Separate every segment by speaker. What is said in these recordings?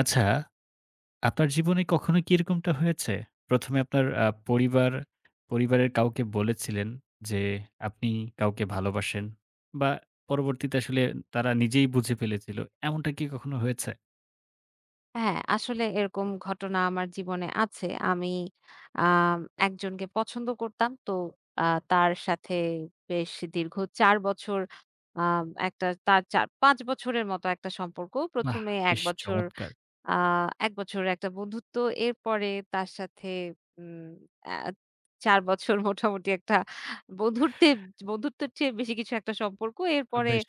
Speaker 1: আচ্ছা, আপনার জীবনে কখনো কি এরকমটা হয়েছে? প্রথম এ আপনার পরিবারের কাউকে বলেছিলেন যে, আপনি কাউকে ভালোবাসেন বা পরবর্তীতে আসলে তারা নিজেই বুঝে ফেলেছিল। এমনটা কি কখনো হয়েছে?
Speaker 2: হ্যাঁ, আসলে এরকম ঘটনা আমার জীবনে আছে। আমি আ একজনকে পছন্দ করতাম। তো আ তার সাথে বেশ দীর্ঘ ৪ বছর আ একটা তার চা ৫ বছরের মতো একটা সম্পর্ক। ১ম
Speaker 1: বাহ!
Speaker 2: এ ১
Speaker 1: বেশ
Speaker 2: বছর,
Speaker 1: চমৎকার!
Speaker 2: আ ১ বছরের একটা বন্ধুত্ব। এরপরে তার সাথে উম আ ৪ বছর মোটামুটি একটা বন্ধুত্বে বন্ধুত্বের চেয়ে বেশি কিছু একটা সম্পর্ক। এরপরে
Speaker 1: বেশ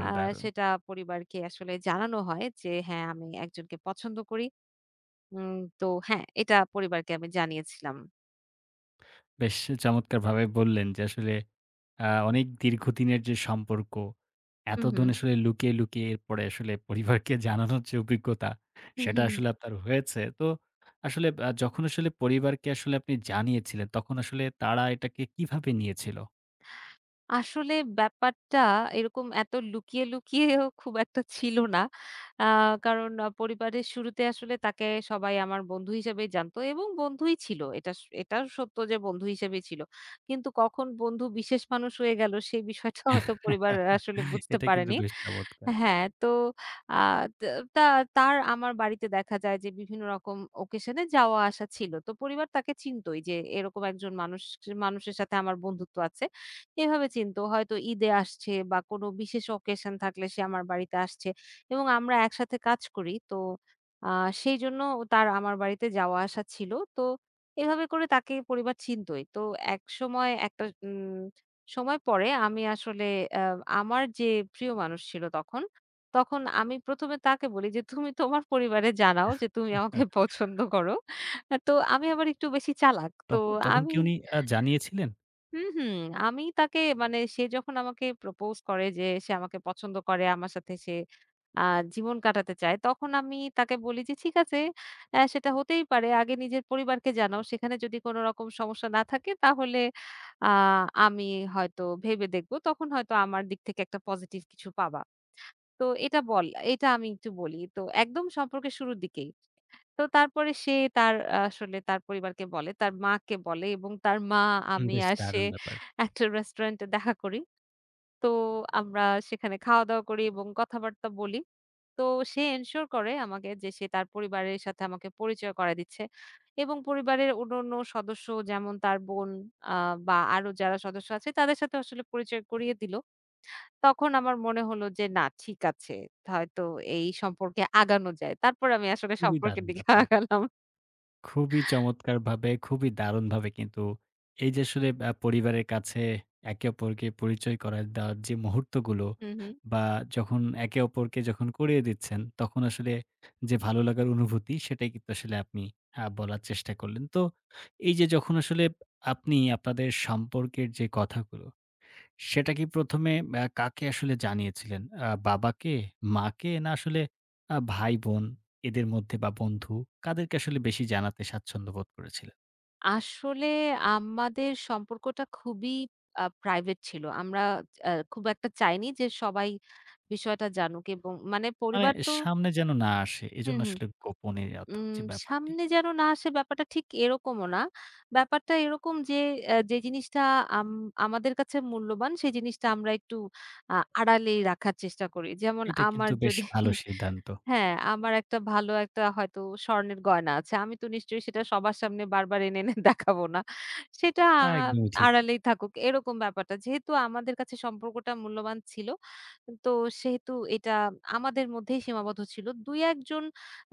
Speaker 2: আ
Speaker 1: দারুণ।
Speaker 2: সেটা পরিবারকে আসলে জানানো হয় যে, হ্যাঁ, আমি একজনকে পছন্দ করি। উম তো হ্যাঁ, এটা পরিবারকে আমি জানিয়েছিলাম।
Speaker 1: বেশ চমৎকারভাবে বললেন যে আসলে অনেক দীর্ঘদিনের যে সম্পর্ক,
Speaker 2: হু, হু।
Speaker 1: এতদিন আসলে লুকিয়ে, লুকিয়ে এরপরে আসলে পরিবারকে জানানোর যে অভিজ্ঞতা,
Speaker 2: হু, হু,
Speaker 1: সেটা
Speaker 2: হু।
Speaker 1: আসলে আপনার হয়েছে। তো আসলে যখন আসলে পরিবারকে আসলে আপনি জানিয়েছিলেন, তখন আসলে তারা এটাকে কিভাবে নিয়েছিল?
Speaker 2: আসলে ব্যাপারটা এরকম এত লুকিয়ে, লুকিয়েও খুব একটা ছিল না। আ কারণ পরিবারের শুরুতে আসলে তাকে সবাই আমার বন্ধু হিসেবেই জানতো এবং বন্ধুই ছিল। এটাও সত্য যে বন্ধু হিসেবেই ছিল। কিন্তু কখন বন্ধু বিশেষ মানুষ হয়ে গেল সেই বিষয়টা হয়তো পরিবার আসলে বুঝতে
Speaker 1: এটা কিন্তু
Speaker 2: পারেনি।
Speaker 1: বেশ চমৎকার।
Speaker 2: হ্যাঁ, তো আ তা তা তার আমার বাড়িতে দেখা যায় যে বিভিন্ন রকম ওকেশনে যাওয়া আসা ছিল। তো পরিবার তাকে চিনতই যে এরকম একজন মানুষের সাথে আমার বন্ধুত্ব আছে। এভাবে চিনতো। হয়তো ঈদে আসছে বা কোনো বিশেষ ওকেশন থাকলে সে আমার বাড়িতে আসছে এবং আমরা একসাথে কাজ করি। তো আ সেইজন্য তার আমার বাড়িতে যাওয়া আসা ছিল। তো এভাবে করে তাকে পরিবার চিনতই। তো একসময় একটা সময় পরে আমি আসলে আমার যে প্রিয় মানুষ ছিল তখন, তখন আমি ১ম এ তাকে বলি যে, "তুমি তোমার পরিবারে জানাও যে তুমি আমাকে পছন্দ করো।" তো আমি আবার একটু বেশি চালাক। তো
Speaker 1: তখন তখন
Speaker 2: আমি
Speaker 1: কি উনি জানিয়েছিলেন?
Speaker 2: হুম, হুম। আমি তাকে, মানে সে যখন আমাকে প্রপোজ করে যে সে আমাকে পছন্দ করে, আমার সাথে সে আ জীবন কাটাতে চায়। তখন আমি তাকে বলি যে, "ঠিক আছে, সেটা হতেই পারে। আগে নিজের পরিবারকে জানাও। সেখানে যদি কোনো রকম সমস্যা না থাকে তাহলে আ আমি হয়তো ভেবে দেখব। তখন হয়তো আমার দিক থেকে একটা পজিটিভ কিছু পাবা।" তো এটা আমি একটু বলি। তো একদম সম্পর্কের শুরুর দিকেই। তো তারপরে সে তার আ আসলে তার পরিবারকে বলে, তার মাকে বলে এবং তার মা, আমি
Speaker 1: বেশ
Speaker 2: আর সে
Speaker 1: দারুণ ব্যাপার।
Speaker 2: একটা রেস্টুরেন্টে দেখা করি। তো আমরা সেখানে খাওয়া-দাওয়া করি এবং কথাবার্তা বলি। তো সে এনশিওর করে আমাকে যে সে তার পরিবারের সাথে আমাকে পরিচয় করায় দিচ্ছে এবং পরিবারের অন্যান্য সদস্য যেমন তার বোন আ বা আরো যারা সদস্য আছে তাদের সাথে আসলে পরিচয় করিয়ে দিল। তখন আমার মনে হলো যে না, ঠিক আছে। হয়তো এই সম্পর্কে আগানো যায়। তারপরে আমি আসলে
Speaker 1: খুবই
Speaker 2: সম্পর্কের
Speaker 1: দারুণ
Speaker 2: দিকে
Speaker 1: ব্যাপার।
Speaker 2: আগালাম।
Speaker 1: খুবই চমৎকারভাবে, খুবই দারুণভাবে কিন্তু এই যে আসলে পরিবারের কাছে একে অপরকে পরিচয় করায় দেওয়ার যে মুহূর্তগুলো,
Speaker 2: হুম, হুম।
Speaker 1: বা যখন একে অপরকে করিয়ে দিচ্ছেন, তখন আসলে যে ভালো লাগার অনুভূতি, সেটাই কিন্তু আসলে আপনি বলার চেষ্টা করলেন। তো এই যে যখন আসলে আপনি আপনাদের সম্পর্কের যে কথাগুলো, সেটা কি প্রথম এ কাকে আসলে জানিয়েছিলেন? বাবাকে, মাকে, না আসলে ভাই-বোন এদের মধ্যে, বা বন্ধু কাদেরকে আসলে বেশি জানাতে স্বাচ্ছন্দ্য বোধ করেছিলেন?
Speaker 2: আসলে আমাদের সম্পর্কটা খুবই প্রাইভেট ছিল। আমরা খুব একটা চাইনি যে সবাই বিষয়টা জানুক এবং মানে
Speaker 1: মানে
Speaker 2: পরিবার তো।
Speaker 1: সামনে যেন না আসে,
Speaker 2: হুম,
Speaker 1: এজন্য
Speaker 2: হুম।
Speaker 1: আসলে গোপনীয়তার
Speaker 2: উম
Speaker 1: যে ব্যাপারটি।
Speaker 2: সামনে যেন না আসে ব্যাপারটা ঠিক এরকমও না। ব্যাপারটা এরকম যে যে জিনিসটা আম আমাদের কাছে মূল্যবান সেই জিনিসটা আমরা একটু আ আড়ালেই রাখার চেষ্টা করি। যেমন
Speaker 1: এটা
Speaker 2: আমার
Speaker 1: কিন্তু বেশ
Speaker 2: যদি
Speaker 1: ভালো সিদ্ধান্ত।
Speaker 2: হ্যাঁ, আমার একটা ভালো একটা হয়তো স্বর্ণের গয়না আছে। আমি তো নিশ্চয়ই সেটা সবার সামনে বারবার এনে, এনে দেখাবো না। সেটা
Speaker 1: তা
Speaker 2: আম
Speaker 1: একদমই ঠিক।
Speaker 2: আড়ালেই থাকুক এরকম ব্যাপারটা। যেহেতু আমাদের কাছে সম্পর্কটা মূল্যবান ছিল, তো সেহেতু এটা আমাদের মধ্যেই সীমাবদ্ধ ছিল। ২-১ জন,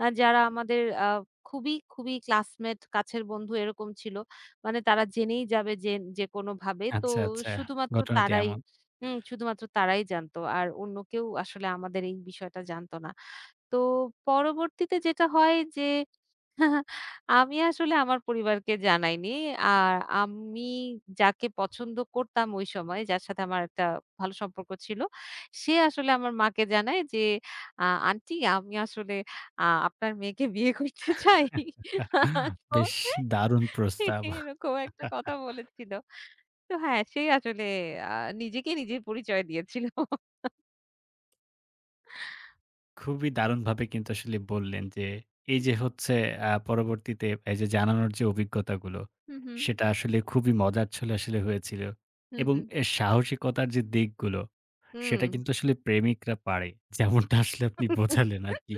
Speaker 2: যারা আমাদের খুবই, খুবই ক্লাসমেট, কাছের বন্ধু এরকম ছিল। মানে তারা জেনেই যাবে যে যেকোনোভাবে। তো
Speaker 1: আচ্ছা, আচ্ছা,
Speaker 2: শুধুমাত্র
Speaker 1: ঘটনাটি
Speaker 2: তারাই
Speaker 1: এমন।
Speaker 2: শুধুমাত্র তারাই জানতো। আর অন্য কেউ আসলে আমাদের এই বিষয়টা জানতো না। তো পরবর্তীতে যেটা হয় যে আমি আসলে আমার পরিবারকে জানাইনি। আর আমি যাকে পছন্দ করতাম ওই সময়, যার সাথে আমার একটা ভালো সম্পর্ক ছিল, সে আসলে আমার মাকে জানায় যে, "আ আন্টি, আমি আসলে আপনার মেয়েকে বিয়ে করতে চাই।" তো
Speaker 1: বেশ দারুণ প্রস্তাব।
Speaker 2: এরকম একটা কথা বলেছিল। তো হ্যাঁ, সে আসলে আ নিজেকে নিজে পরিচয় দিয়েছিল।
Speaker 1: খুবই দারুণভাবে কিন্তু আসলে বললেন যে, এই যে হচ্ছে পরবর্তীতে এই যে জানানোর যে অভিজ্ঞতাগুলো,
Speaker 2: হুম, হুম।
Speaker 1: সেটা আসলে খুবই মজার ছলে আসলে হয়েছিল।
Speaker 2: হুম,
Speaker 1: এবং
Speaker 2: হুম।
Speaker 1: এ সাহসিকতার যে দিকগুলো, সেটা কিন্তু আসলে প্রেমিকরা পারে। যেমনটা আসলে আপনি বোঝালেন আরকি।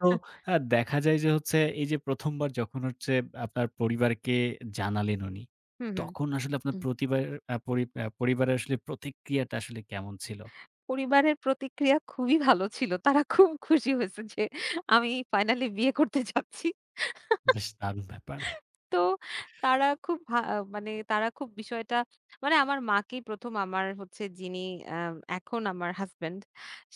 Speaker 1: তো দেখা যায় যে হচ্ছে, এই যে প্রথম বার যখন হচ্ছে আপনার পরিবারকে জানালেন উনি,
Speaker 2: হুম, হুম।
Speaker 1: তখন আসলে আপনার
Speaker 2: হুম।
Speaker 1: প্রতিবার আ পরি আ পরিবারের আসলে প্রতিক্রিয়াটা আসলে কেমন ছিল?
Speaker 2: পরিবারের প্রতিক্রিয়া খুবই ভালো ছিল। তারা খুব খুশি হয়েছে যে আমি ফাইনালি বিয়ে করতে যাচ্ছি।
Speaker 1: বেশ দারুণ ব্যাপার।
Speaker 2: তো তারা খুব ভা মানে তারা খুব বিষয়টা মানে আমার মাকেই ১ম, আমার হচ্ছে যিনি আ এখন আমার হাসব্যান্ড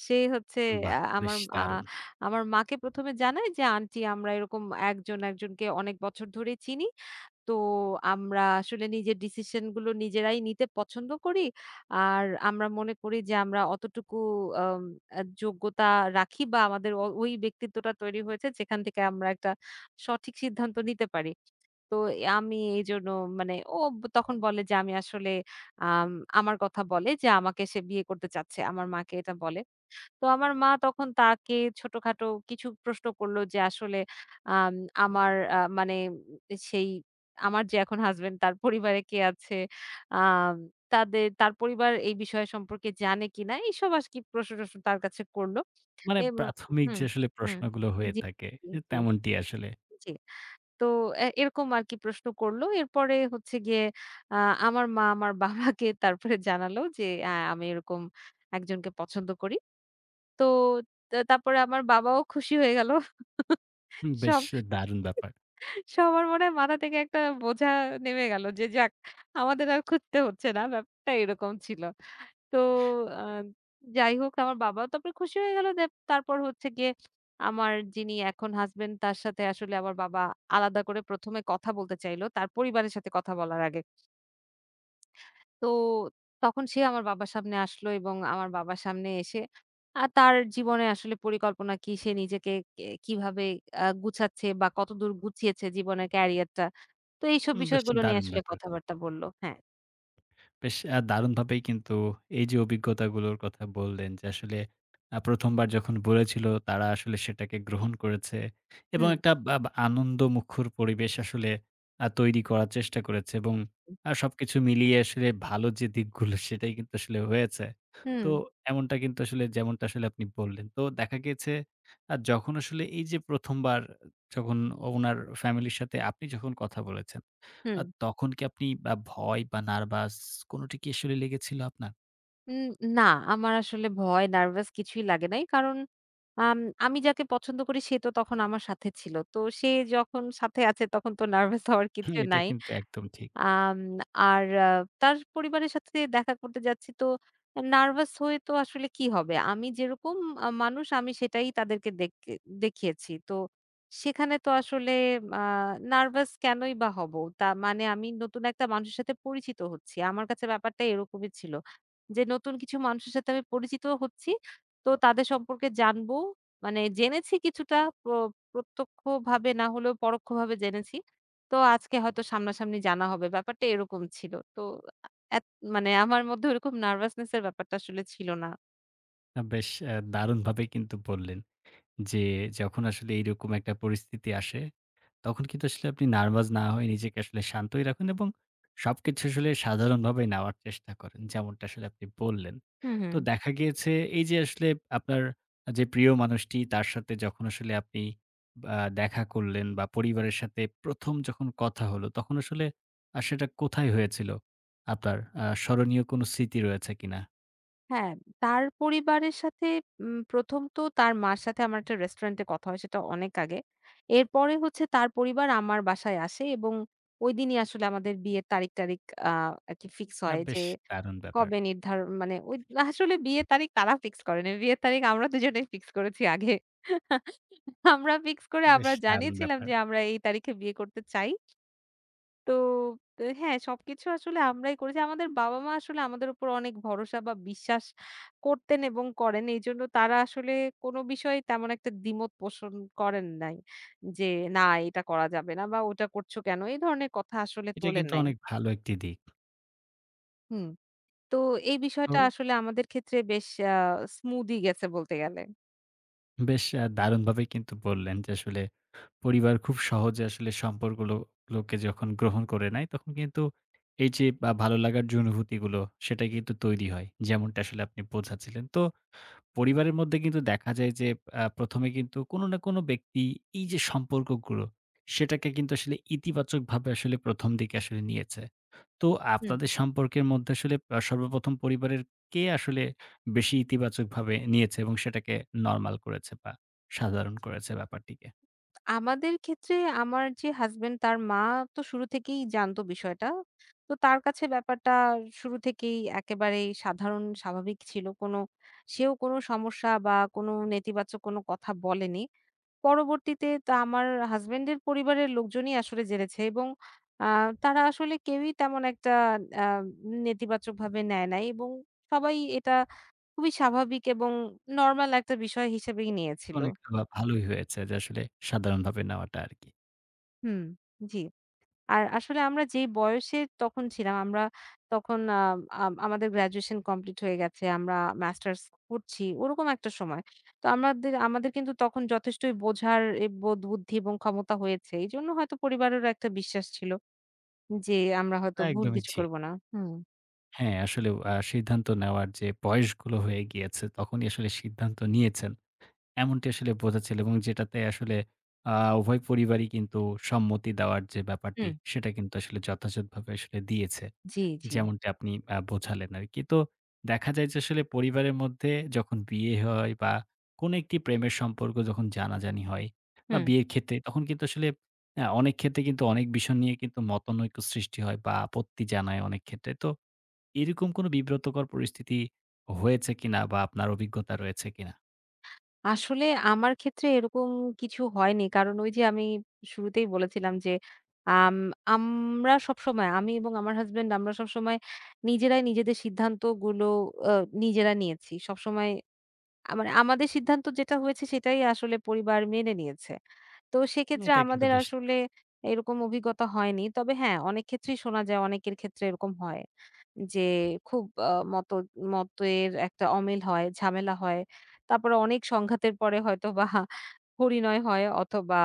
Speaker 2: সে হচ্ছে, আ
Speaker 1: বাহ!
Speaker 2: আমার
Speaker 1: বেশ
Speaker 2: আ
Speaker 1: দারুণ।
Speaker 2: আমার মাকে ১ম এ জানায় যে, "আন্টি, আমরা এরকম একজনকে অনেক বছর ধরেই চিনি।" তো আমরা আসলে নিজের ডিসিশন গুলো নিজেরাই নিতে পছন্দ করি। আর আমরা মনে করি যে আমরা অতটুকু আম আ যোগ্যতা রাখি বা আমাদের ওই ব্যক্তিত্বটা তৈরি হয়েছে যেখান থেকে আমরা একটা সঠিক সিদ্ধান্ত নিতে পারি। তো আমি এইজন্য, মানে তখন বলে যে আমি আসলে, আম আমার কথা বলে যে আমাকে সে বিয়ে করতে চাচ্ছে। আমার মাকে এটা বলে। তো আমার মা তখন তাকে ছোটখাটো কিছু প্রশ্ন করলো যে আসলে, আম আমার আ মানে সেই আমার যে এখন হাসব্যান্ড তার পরিবারে কে আছে? আম তার পরিবার এই বিষয় সম্পর্কে জানে কিনা? এইসব আরকি প্রশ্ন-টশ্ন তার কাছে করলো
Speaker 1: মানে
Speaker 2: এবং
Speaker 1: প্রাথমিক
Speaker 2: হুম,
Speaker 1: যে আসলে
Speaker 2: হুম।
Speaker 1: প্রশ্নগুলো হয়ে
Speaker 2: জি,
Speaker 1: থাকে, এ
Speaker 2: জি,
Speaker 1: তেমনটি আসলে।
Speaker 2: জি। তো এরকম আরকি প্রশ্ন করলো। এরপরে হচ্ছে গিয়ে আ আমার মা আমার বাবাকে তারপরে জানালো যে, আমি এরকম একজনকে পছন্দ করি।" তো তারপরে আমার বাবাও খুশি হয়ে গেল।
Speaker 1: বেশ
Speaker 2: সব
Speaker 1: দারুণ ব্যাপার!
Speaker 2: সবার মনে হয় মাথা থেকে একটা বোঝা নেমে গেল যে যাক, আমাদের আর খুঁজতে হচ্ছে না। ব্যাপারটা এরকম ছিল। তো আ যাই হোক, আমার বাবাও তারপরে খুশি হয়ে গেল যে তারপর হচ্ছে গিয়ে আমার যিনি এখন হাসব্যান্ড তার সাথে আসলে আমার বাবা আলাদা করে ১ম এ কথা বলতে চাইল, তার পরিবারের সাথে কথা বলার আগে। তো তখন সে আমার বাবার সামনে আসলো এবং আমার বাবার সামনে এসে তার জীবনে আসলে পরিকল্পনা কি, সে নিজেকে কিভাবে গুছাচ্ছে বা কতদূর গুছিয়েছে জীবনের ক্যারিয়ারটা, তো এইসব
Speaker 1: বেশ
Speaker 2: বিষয়গুলো নিয়ে
Speaker 1: দারুণ
Speaker 2: আসলে
Speaker 1: ব্যাপার!
Speaker 2: কথাবার্তা বলল। হ্যাঁ।
Speaker 1: বেশ দারুণভাবেই কিন্তু এই যে অভিজ্ঞতাগুলোর কথা বললেন যে আসলে প্রথম বার যখন বলেছিল, তারা আসলে সেটাকে গ্রহণ করেছে এবং
Speaker 2: হুম,
Speaker 1: একটা বা বা আনন্দমুখর পরিবেশ আসলে তৈরি করার চেষ্টা করেছে এবং সবকিছু মিলিয়ে আসলে ভালো যে দিকগুলো, সেটাই কিন্তু আসলে হয়েছে।
Speaker 2: হুম,
Speaker 1: তো এমনটা কিন্তু আসলে, যেমনটা আসলে আপনি বললেন। তো দেখা গেছে, যখন আসলে এই যে ১ম বার যখন ওনার ফ্যামিলির সাথে আপনি যখন কথা বলেছেন,
Speaker 2: হুম।
Speaker 1: তখন কি আপনি ভয় বা নার্ভাস, কোনটি কি আসলে লেগেছিল আপনার?
Speaker 2: উম না, আমার আসলে ভয়, নার্ভাস কিছুই লাগে নাই। কারণ আম আমি যাকে পছন্দ করি সে তো তখন আমার সাথে ছিল। তো সে যখন সাথে আছে তখন তো নার্ভাস হওয়ার
Speaker 1: হুম।
Speaker 2: কিছু
Speaker 1: এটা
Speaker 2: নাই।
Speaker 1: কিন্তু একদম ঠিক।
Speaker 2: আম আর তার পরিবারের সাথে দেখা করতে যাচ্ছি, তো নার্ভাস হয়ে তো আসলে কি হবে? আমি যেরকম মানুষ আমি সেটাই তাদেরকে দেখিয়েছি। তো সেখানে তো আসলে আ নার্ভাস কেনই বা হব? তা মানে আমি নতুন একটা মানুষের সাথে পরিচিত হচ্ছি। আমার কাছে ব্যাপারটা এরকমই ছিল। যে নতুন কিছু মানুষের সাথে আমি পরিচিত হচ্ছি। তো তাদের সম্পর্কে জানবো। মানে জেনেছি কিছুটা, প্র প্রত্যক্ষভাবে না হলেও পরোক্ষভাবে জেনেছি। তো আজকে হয়তো সামনাসামনি জানা হবে। ব্যাপারটা এরকম ছিল। তো এত মানে আমার মধ্যে ওরকম নার্ভাসনেস এর ব্যাপারটা আসলে ছিল না।
Speaker 1: বেশ দারুণভাবে কিন্তু বললেন যে, যখন আসলে এইরকম একটা পরিস্থিতি আসে, তখন কিন্তু আসলে আপনি নার্ভাস না হয়ে নিজেকে আসলে শান্তই রাখুন এবং সবকিছু আসলে সাধারণভাবে নেওয়ার চেষ্টা করেন। যেমনটা আসলে আপনি বললেন।
Speaker 2: হুম,
Speaker 1: তো
Speaker 2: হুম।
Speaker 1: দেখা গিয়েছে, এই যে আসলে আপনার যে প্রিয় মানুষটি তার সাথে যখন আসলে আপনি আ দেখা করলেন বা পরিবারের সাথে প্রথম যখন কথা হলো, তখন আসলে সেটা কোথায় হয়েছিল? আপনার স্মরণীয় কোনো স্মৃতি রয়েছে কিনা?
Speaker 2: হ্যাঁ, তার পরিবারের সাথে, ১ম তো তার মার সাথে আমার একটা রেস্টুরেন্টে কথা হয় সেটা অনেক আগে। এরপরে হচ্ছে তার পরিবার আমার বাসায় আসে এবং ঐদিনই আসলে আমাদের বিয়ের তারিখ-টারিখ আ আরকি ফিক্স হয় যে
Speaker 1: বেশ দারুণ ব্যাপার,
Speaker 2: কবে নির্ধারণ, মানে ওই আসলে বিয়ের তারিখ তারা ফিক্স করেনি। বিয়ের তারিখ আমরা দুজনেই ফিক্স করেছি আগে। আমরা ফিক্স করে
Speaker 1: বেশ
Speaker 2: আমরা
Speaker 1: দারুণ
Speaker 2: জানিয়েছিলাম
Speaker 1: ব্যাপার।
Speaker 2: যে আমরা এই তারিখে বিয়ে করতে চাই। তো তো হ্যাঁ, সবকিছু আসলে আমরাই করেছি। আমাদের বাবা-মা আসলে আমাদের উপর অনেক ভরসা বা বিশ্বাস করতেন এবং করেন। এইজন্য তারা আসলে কোনো বিষয়ে তেমন একটা দ্বিমত পোষণ করেন নাই। যে না, এটা করা যাবে না বা ওটা করছো কেন, এই ধরনের কথা আসলে
Speaker 1: এটা
Speaker 2: তোলেন
Speaker 1: কিন্তু
Speaker 2: নাই।
Speaker 1: অনেক ভালো একটি দিক।
Speaker 2: হুম। তো এই
Speaker 1: তো
Speaker 2: বিষয়টা আসলে আমাদের ক্ষেত্রে বেশ স্মুদি গেছে বলতে গেলে।
Speaker 1: বেশ দারুণভাবেই কিন্তু বললেন যে আসলে, পরিবার খুব সহজে আসলে গুলোকে যখন গ্রহণ করে নেয়, তখন কিন্তু এই যে বা ভালো লাগার যে অনুভূতিগুলো, সেটা কিন্তু তৈরি হয়। যেমনটা আসলে আপনি বোঝাচ্ছিলেন। তো পরিবারের মধ্যে কিন্তু দেখা যায় যে, প্রথম এ কিন্তু কোনো না কোনো ব্যক্তি এই যে সম্পর্কগুলো, সেটাকে কিন্তু আসলে ইতিবাচকভাবে আসলে প্রথম দিকে আসলে নিয়েছে। তো
Speaker 2: হুম।
Speaker 1: আপনাদের সম্পর্কের মধ্যে আসলে সর্বপ্রথম পরিবারের কে আসলে বেশি ইতিবাচকভাবে নিয়েছে এবং সেটাকে নরমাল করেছে, বা সাধারণ করেছে ব্যাপারটিকে?
Speaker 2: আমাদের ক্ষেত্রে আমার যে হাসব্যান্ড তার মা তো শুরু থেকেই জানতো বিষয়টা। তো তার কাছে ব্যাপারটা শুরু থেকেই একেবারেই সাধারণ স্বাভাবিক ছিল। সেও কোনো সমস্যা বা কোনো নেতিবাচক কোনো কথা বলেনি। পরবর্তীতে আমার হাসব্যান্ডের পরিবারের লোকজনই আসলে জেনেছে এবং আ তারা আসলে কেউই তেমন একটা আ নেতিবাচকভাবে নেয় নাই এবং সবাই এটা খুবই স্বাভাবিক এবং নরমাল একটা বিষয় হিসেবেই নিয়েছিল।
Speaker 1: অনেকটা ভালোই হয়েছে যে আসলে সাধারণভাবে নেওয়াটা আরকি।
Speaker 2: হুম। জি। আর আসলে আমরা যেই বয়সে তখন ছিলাম, আমরা তখন, আ আম আমাদের গ্র্যাজুয়েশন কমপ্লিট হয়ে গেছে। আমরা মাস্টার্স করছি, ওরকম একটা সময়। তো আমাদের আমাদের কিন্তু তখন যথেষ্টই বোঝার বোধ বুদ্ধি এবং ক্ষমতা হয়েছে। এইজন্য হয়তো পরিবারেরও একটা বিশ্বাস ছিল যে আমরা হয়তো
Speaker 1: না,
Speaker 2: ভুল
Speaker 1: একদমই
Speaker 2: কিছু
Speaker 1: ঠিক।
Speaker 2: করব না। হুম,
Speaker 1: হ্যাঁ, আসলেও সিদ্ধান্ত নেওয়ার যে বয়সগুলো হয়ে গিয়েছে, তখনই আসলে সিদ্ধান্ত নিয়েছেন। এমনটি আসলে বোঝাচ্ছিল, এবং যেটাতে আসলে আ উভয় পরিবারই কিন্তু সম্মতি দেওয়ার যে ব্যাপারটি,
Speaker 2: হুম।
Speaker 1: সেটা কিন্তু আসলে যথাযথভাবে আসলে দিয়েছে।
Speaker 2: জি, জি।
Speaker 1: যেমনটি আপনি বোঝালেন আরকি। তো দেখা যায় যে আসলে, পরিবারের মধ্যে যখন বিয়ে হয়, বা কোনো একটি প্রেমের সম্পর্ক যখন জানাজানি হয় বা
Speaker 2: হুম।
Speaker 1: বিয়ের ক্ষেত্রে, তখন কিন্তু আসলে অনেক ক্ষেত্রে কিন্তু অনেক বিষয় নিয়ে কিন্তু মতানৈক্য সৃষ্টি হয় বা আপত্তি জানায় অনেক ক্ষেত্রে। তো এরকম কোনো বিব্রতকর পরিস্থিতি হয়েছে কিনা, বা আপনার অভিজ্ঞতা রয়েছে কিনা?
Speaker 2: আসলে আমার ক্ষেত্রে এরকম কিছু হয়নি। কারণ ওই যে আমি শুরুতেই বলেছিলাম যে, আম আমরা সবসময়, আমি এবং আমার হাসব্যান্ড, আমরা সবসময় নিজেরাই নিজেদের সিদ্ধান্তগুলো আ নিজেরা নিয়েছি। সবসময় মানে আমাদের সিদ্ধান্ত যেটা হয়েছে সেটাই আসলে পরিবার মেনে নিয়েছে। তো সেক্ষেত্রে
Speaker 1: এটা কিন্তু
Speaker 2: আমাদের
Speaker 1: বেশ।
Speaker 2: আসলে এরকম অভিজ্ঞতা হয়নি। তবে হ্যাঁ, অনেক ক্ষেত্রেই শোনা যায় অনেকের ক্ষেত্রে এরকম হয়। যে খুব মতের একটা অমিল হয়, ঝামেলা হয়। তারপরে অনেক সংঘাতের পরে হয়তোবা পরিণয় হয় অথবা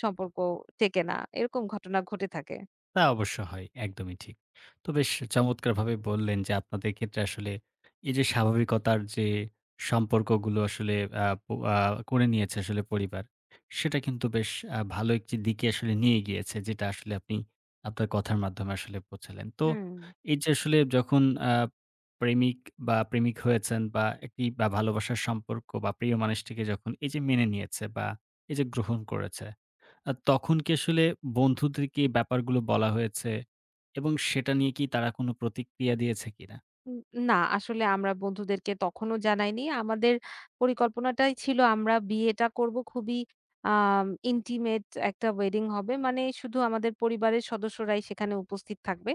Speaker 2: সম্পর্ক টেকে না। এরকম ঘটনা ঘটে থাকে।
Speaker 1: তা অবশ্য হয়, একদমই ঠিক। তো বেশ চমৎকারভাবে বললেন যে আপনাদের ক্ষেত্রে আসলে এই যে স্বাভাবিকতার যে সম্পর্কগুলো আসলে আ প আ করে নিয়েছে আসলে পরিবার, সেটা কিন্তু বেশ ভালো একটি দিকে আসলে নিয়ে গিয়েছে, যেটা আসলে আপনি আপনার কথার মাধ্যমে আসলে বোঝালেন। তো
Speaker 2: হুম।
Speaker 1: এই যে আসলে যখন আ প্রেমিক বা প্রেমিক হয়েছেন, বা একটি বা ভালোবাসার সম্পর্ক, বা প্রিয় মানুষটিকে যখন এই যে মেনে নিয়েছে বা এই যে গ্রহণ করেছে, তখন কি আসলে বন্ধুদেরকে এই ব্যাপারগুলো বলা হয়েছে? এবং সেটা নিয়ে কি তারা কোনো প্রতিক্রিয়া দিয়েছে কিনা?
Speaker 2: উম না, আসলে আমরা বন্ধুদেরকে তখনও জানাইনি। আমাদের পরিকল্পনাটাই ছিল আমরা বিয়েটা করব খুবই ইন্টিমেট, একটা ওয়েডিং হবে। মানে শুধু আমাদের পরিবারের সদস্যরাই সেখানে উপস্থিত থাকবে।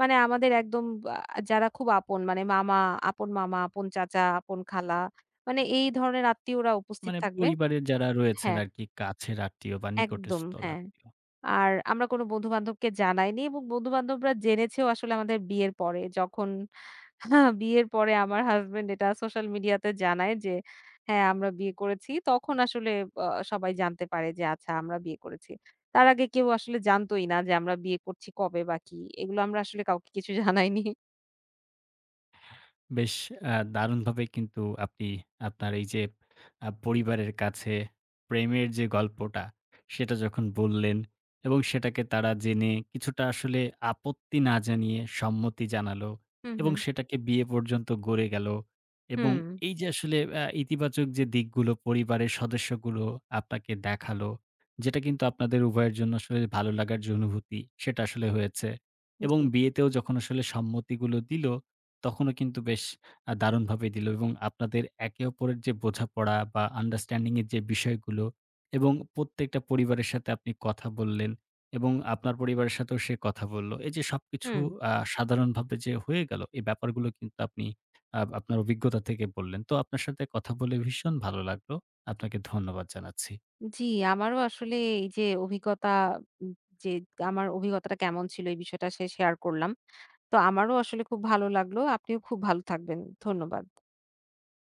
Speaker 2: মানে আমাদের একদম যারা খুব আপন, মানে আপন মামা, আপন চাচা, আপন খালা, মানে এই ধরনের আত্মীয়রা উপস্থিত
Speaker 1: মানে
Speaker 2: থাকবে।
Speaker 1: পরিবারের যারা রয়েছেন
Speaker 2: হ্যাঁ,
Speaker 1: আরকি, কাছের আত্মীয় বা
Speaker 2: একদম
Speaker 1: নিকটস্থল
Speaker 2: হ্যাঁ।
Speaker 1: আত্মীয়।
Speaker 2: আর আমরা কোনো বন্ধু-বান্ধবকে জানাইনি এবং বন্ধু-বান্ধবরা জেনেছেও আসলে আমাদের বিয়ের পরে, যখন হ্যাঁ, বিয়ের পরে আমার হাসব্যান্ড এটা সোশ্যাল মিডিয়াতে জানায় যে, হ্যাঁ, আমরা বিয়ে করেছি, তখন আসলে আ সবাই জানতে পারে যে আচ্ছা, আমরা বিয়ে করেছি। তার আগে কেউ আসলে জানতই না যে আমরা বিয়ে করছি কবে বা কি। এগুলো আমরা আসলে কাউকে কিছু জানাইনি।
Speaker 1: বেশ দারুণভাবে কিন্তু আপনি আপনার এই যে পরিবারের কাছে প্রেমের যে গল্পটা, সেটা যখন বললেন এবং সেটাকে তারা জেনে কিছুটা আসলে আপত্তি না জানিয়ে সম্মতি জানালো
Speaker 2: হুম,
Speaker 1: এবং
Speaker 2: হুম,
Speaker 1: সেটাকে বিয়ে পর্যন্ত গড়ে গেল। এবং
Speaker 2: হুম,
Speaker 1: এই যে আসলে ইতিবাচক যে দিকগুলো পরিবারের সদস্যগুলো আপনাকে দেখালো, যেটা কিন্তু আপনাদের উভয়ের জন্য আসলে ভালো লাগার যে অনুভূতি, সেটা আসলে হয়েছে। এবং
Speaker 2: জি,
Speaker 1: বিয়েতেও যখন আসলে সম্মতিগুলো দিল, তখনও কিন্তু বেশ দারুণভাবেই দিল এবং আপনাদের একে অপরের যে বোঝাপড়া বা আন্ডারস্ট্যান্ডিং এর যে বিষয়গুলো এবং প্রত্যেকটা পরিবারের সাথে আপনি কথা বললেন এবং আপনার পরিবারের সাথেও সে কথা বলল। এই যে সবকিছু
Speaker 2: হুম।
Speaker 1: সাধারণভাবে যে হয়ে গেল, এই ব্যাপারগুলো কিন্তু আপনি আপনার অভিজ্ঞতা থেকে বললেন। তো আপনার সাথে কথা বলে ভীষণ ভালো লাগলো। আপনাকে ধন্যবাদ জানাচ্ছি।
Speaker 2: জি, আমারও আসলে এই যে অভিজ্ঞতা, উম যে আমার অভিজ্ঞতাটা কেমন ছিল এই বিষয়টা সে শেয়ার করলাম। তো আমারও আসলে খুব ভালো লাগলো। আপনিও খুব ভালো থাকবেন। ধন্যবাদ।